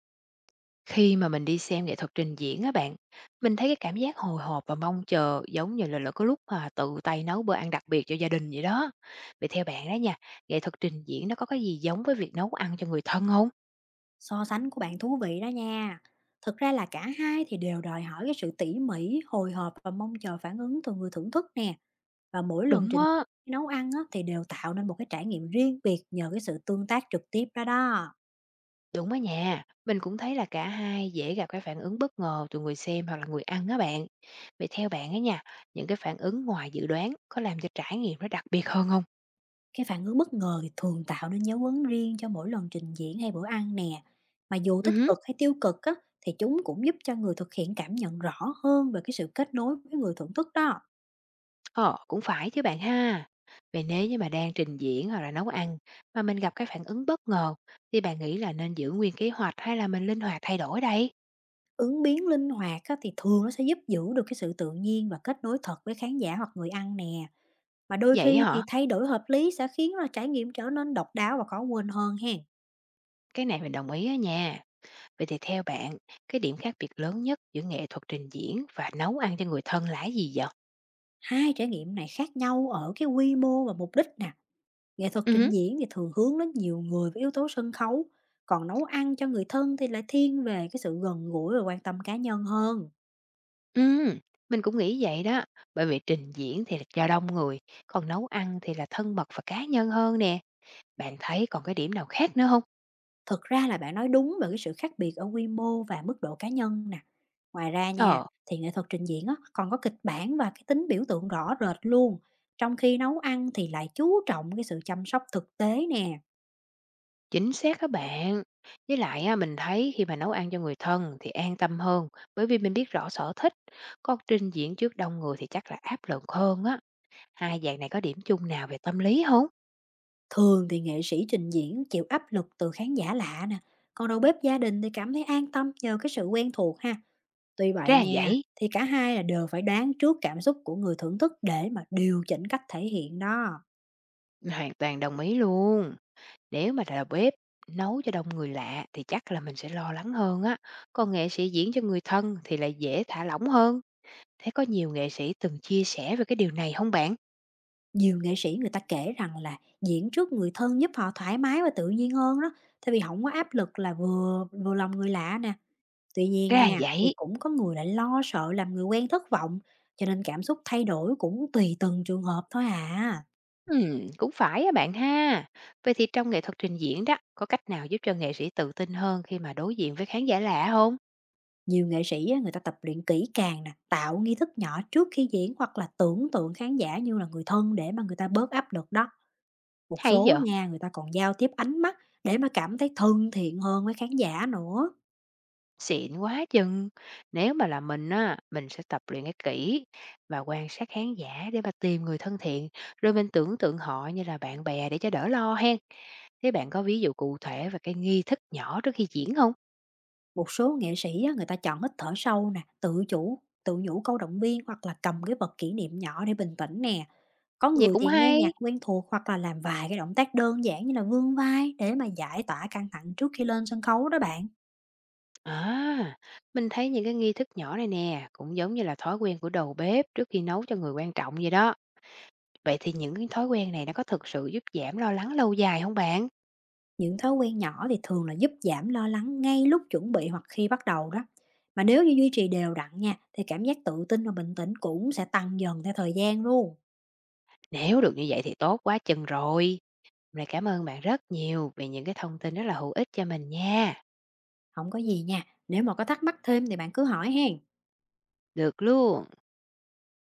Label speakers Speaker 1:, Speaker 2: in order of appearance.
Speaker 1: Khi mà mình đi xem nghệ thuật trình diễn á bạn, mình thấy cái cảm giác hồi hộp và mong chờ giống như là, có lúc mà tự tay nấu bữa ăn đặc biệt cho gia đình vậy đó. Vậy theo bạn đó nha, nghệ thuật trình diễn nó có cái gì giống với việc nấu ăn cho người thân không?
Speaker 2: So sánh của bạn thú vị đó nha. Thực ra là cả hai thì đều đòi hỏi cái sự tỉ mỉ, hồi hộp và mong chờ phản ứng từ người thưởng thức nè. Và mỗi lần
Speaker 1: Đúng
Speaker 2: trình
Speaker 1: á,
Speaker 2: nấu ăn á, thì đều tạo nên một cái trải nghiệm riêng biệt nhờ cái sự tương tác trực tiếp đó đó.
Speaker 1: đúng á nha. Mình cũng thấy là cả hai dễ gặp cái phản ứng bất ngờ từ người xem hoặc là người ăn á bạn. Vậy theo bạn á nha, những cái phản ứng ngoài dự đoán có làm cho trải nghiệm nó đặc biệt hơn
Speaker 2: Cái phản ứng bất ngờ thì thường tạo nên dấu ấn riêng cho mỗi lần trình diễn hay bữa ăn nè. Mà dù tích
Speaker 1: không?
Speaker 2: cực hay tiêu cực á, thì chúng cũng giúp cho người thực hiện cảm nhận rõ hơn về cái sự kết nối với người thưởng thức đó.
Speaker 1: Ờ, cũng phải chứ bạn ha. Vậy nếu như mà đang trình diễn hoặc là nấu ăn mà mình gặp cái phản ứng bất ngờ thì bạn nghĩ là nên giữ nguyên kế hoạch hay là mình linh hoạt thay đổi đây?
Speaker 2: Ứng biến linh hoạt á, thì thường nó sẽ giúp giữ được cái sự tự nhiên và kết nối thật với khán giả hoặc người ăn nè. Và đôi
Speaker 1: Vậy
Speaker 2: khi
Speaker 1: hả?
Speaker 2: thì thay đổi hợp lý sẽ khiến là trải nghiệm trở nên độc đáo và khó quên hơn hen.
Speaker 1: Cái này mình đồng ý á nha. Vậy thì theo bạn, cái điểm khác biệt lớn nhất giữa nghệ thuật trình diễn và nấu ăn cho người thân là gì vậy?
Speaker 2: Hai trải nghiệm này khác nhau ở cái quy mô và mục đích nè. Nghệ thuật trình
Speaker 1: Ừ,
Speaker 2: diễn thì thường hướng đến nhiều người với yếu tố sân khấu, còn nấu ăn cho người thân thì lại thiên về cái sự gần gũi và quan tâm cá nhân hơn.
Speaker 1: ừ, mình cũng nghĩ vậy đó. Bởi vì trình diễn thì là cho đông người, còn nấu ăn thì là thân mật và cá nhân hơn nè. Bạn thấy còn cái điểm nào khác nữa không?
Speaker 2: Thực ra là bạn nói đúng về cái sự khác biệt ở quy mô và mức độ cá nhân nè. Ngoài ra nha,
Speaker 1: Ờ.
Speaker 2: thì nghệ thuật trình diễn á, còn có kịch bản và cái tính biểu tượng rõ rệt luôn. Trong khi nấu ăn thì lại chú trọng cái sự chăm sóc thực tế nè.
Speaker 1: Chính xác các bạn. Với lại á, mình thấy khi mà nấu ăn cho người thân thì an tâm hơn, bởi vì mình biết rõ sở thích. Còn trình diễn trước đông người thì chắc là áp lực hơn á. Hai dạng này có điểm chung nào về tâm lý không?
Speaker 2: Thường thì nghệ sĩ trình diễn chịu áp lực từ khán giả lạ nè. Còn đầu bếp gia đình thì cảm thấy an tâm nhờ cái sự quen thuộc ha. Tuy vậy
Speaker 1: Ra là
Speaker 2: nha,
Speaker 1: vậy,
Speaker 2: thì cả hai là đều phải đoán trước cảm xúc của người thưởng thức để mà điều chỉnh cách thể hiện đó.
Speaker 1: mình hoàn toàn đồng ý luôn. Nếu mà là bếp nấu cho đông người lạ thì chắc là mình sẽ lo lắng hơn á. Còn nghệ sĩ diễn cho người thân thì lại dễ thả lỏng hơn. Thế có nhiều nghệ sĩ từng chia sẻ về cái điều này không bạn?
Speaker 2: Nhiều nghệ sĩ người ta kể rằng là diễn trước người thân giúp họ thoải mái và tự nhiên hơn đó, tại vì không có áp lực là vừa vừa lòng người lạ nè. Tuy nhiên
Speaker 1: Ra là
Speaker 2: nha, thì
Speaker 1: vậy.
Speaker 2: cũng có người lại lo sợ làm người quen thất vọng, cho nên cảm xúc thay đổi cũng tùy từng trường hợp thôi à.
Speaker 1: Cũng phải á bạn ha. Vậy thì trong nghệ thuật trình diễn đó, có cách nào giúp cho nghệ sĩ tự tin hơn khi mà đối diện với khán giả lạ không?
Speaker 2: Nhiều nghệ sĩ á, người ta tập luyện kỹ càng nè, tạo nghi thức nhỏ trước khi diễn hoặc là tưởng tượng khán giả như là người thân để mà người ta bớt áp lực đó. Một
Speaker 1: Hay
Speaker 2: số
Speaker 1: vậy,
Speaker 2: nha, người ta còn giao tiếp ánh mắt để mà cảm thấy thân thiện hơn với khán giả nữa.
Speaker 1: xịn quá chừng. Nếu mà là mình á, mình sẽ tập luyện cái kỹ và quan sát khán giả để mà tìm người thân thiện, rồi mình tưởng tượng họ như là bạn bè để cho đỡ lo hen. Thế bạn có ví dụ cụ thể về cái nghi thức nhỏ trước khi diễn không?
Speaker 2: Một số nghệ sĩ á, người ta chọn hít thở sâu nè, tự chủ, tự nhủ câu động viên hoặc là cầm cái vật kỷ niệm nhỏ để bình tĩnh nè. Có
Speaker 1: Vậy
Speaker 2: người
Speaker 1: cũng
Speaker 2: thì nghe
Speaker 1: hay.
Speaker 2: nhạc quen thuộc hoặc là làm vài cái động tác đơn giản như là vươn vai để mà giải tỏa căng thẳng trước khi lên sân khấu đó bạn.
Speaker 1: À, mình thấy những cái nghi thức nhỏ này nè, cũng giống như là thói quen của đầu bếp trước khi nấu cho người quan trọng vậy đó. Vậy thì những cái thói quen này nó có thực sự giúp giảm lo lắng lâu dài không bạn?
Speaker 2: Những thói quen nhỏ thì thường là giúp giảm lo lắng ngay lúc chuẩn bị hoặc khi bắt đầu đó. Mà nếu như duy trì đều đặn nha, thì cảm giác tự tin và bình tĩnh cũng sẽ tăng dần theo thời gian luôn.
Speaker 1: Nếu được như vậy thì tốt quá chừng rồi. Mình cảm ơn bạn rất nhiều vì những cái thông tin rất là hữu ích cho mình nha.
Speaker 2: Không có gì nha, nếu mà có thắc mắc thêm thì bạn cứ hỏi hen.
Speaker 1: Được luôn.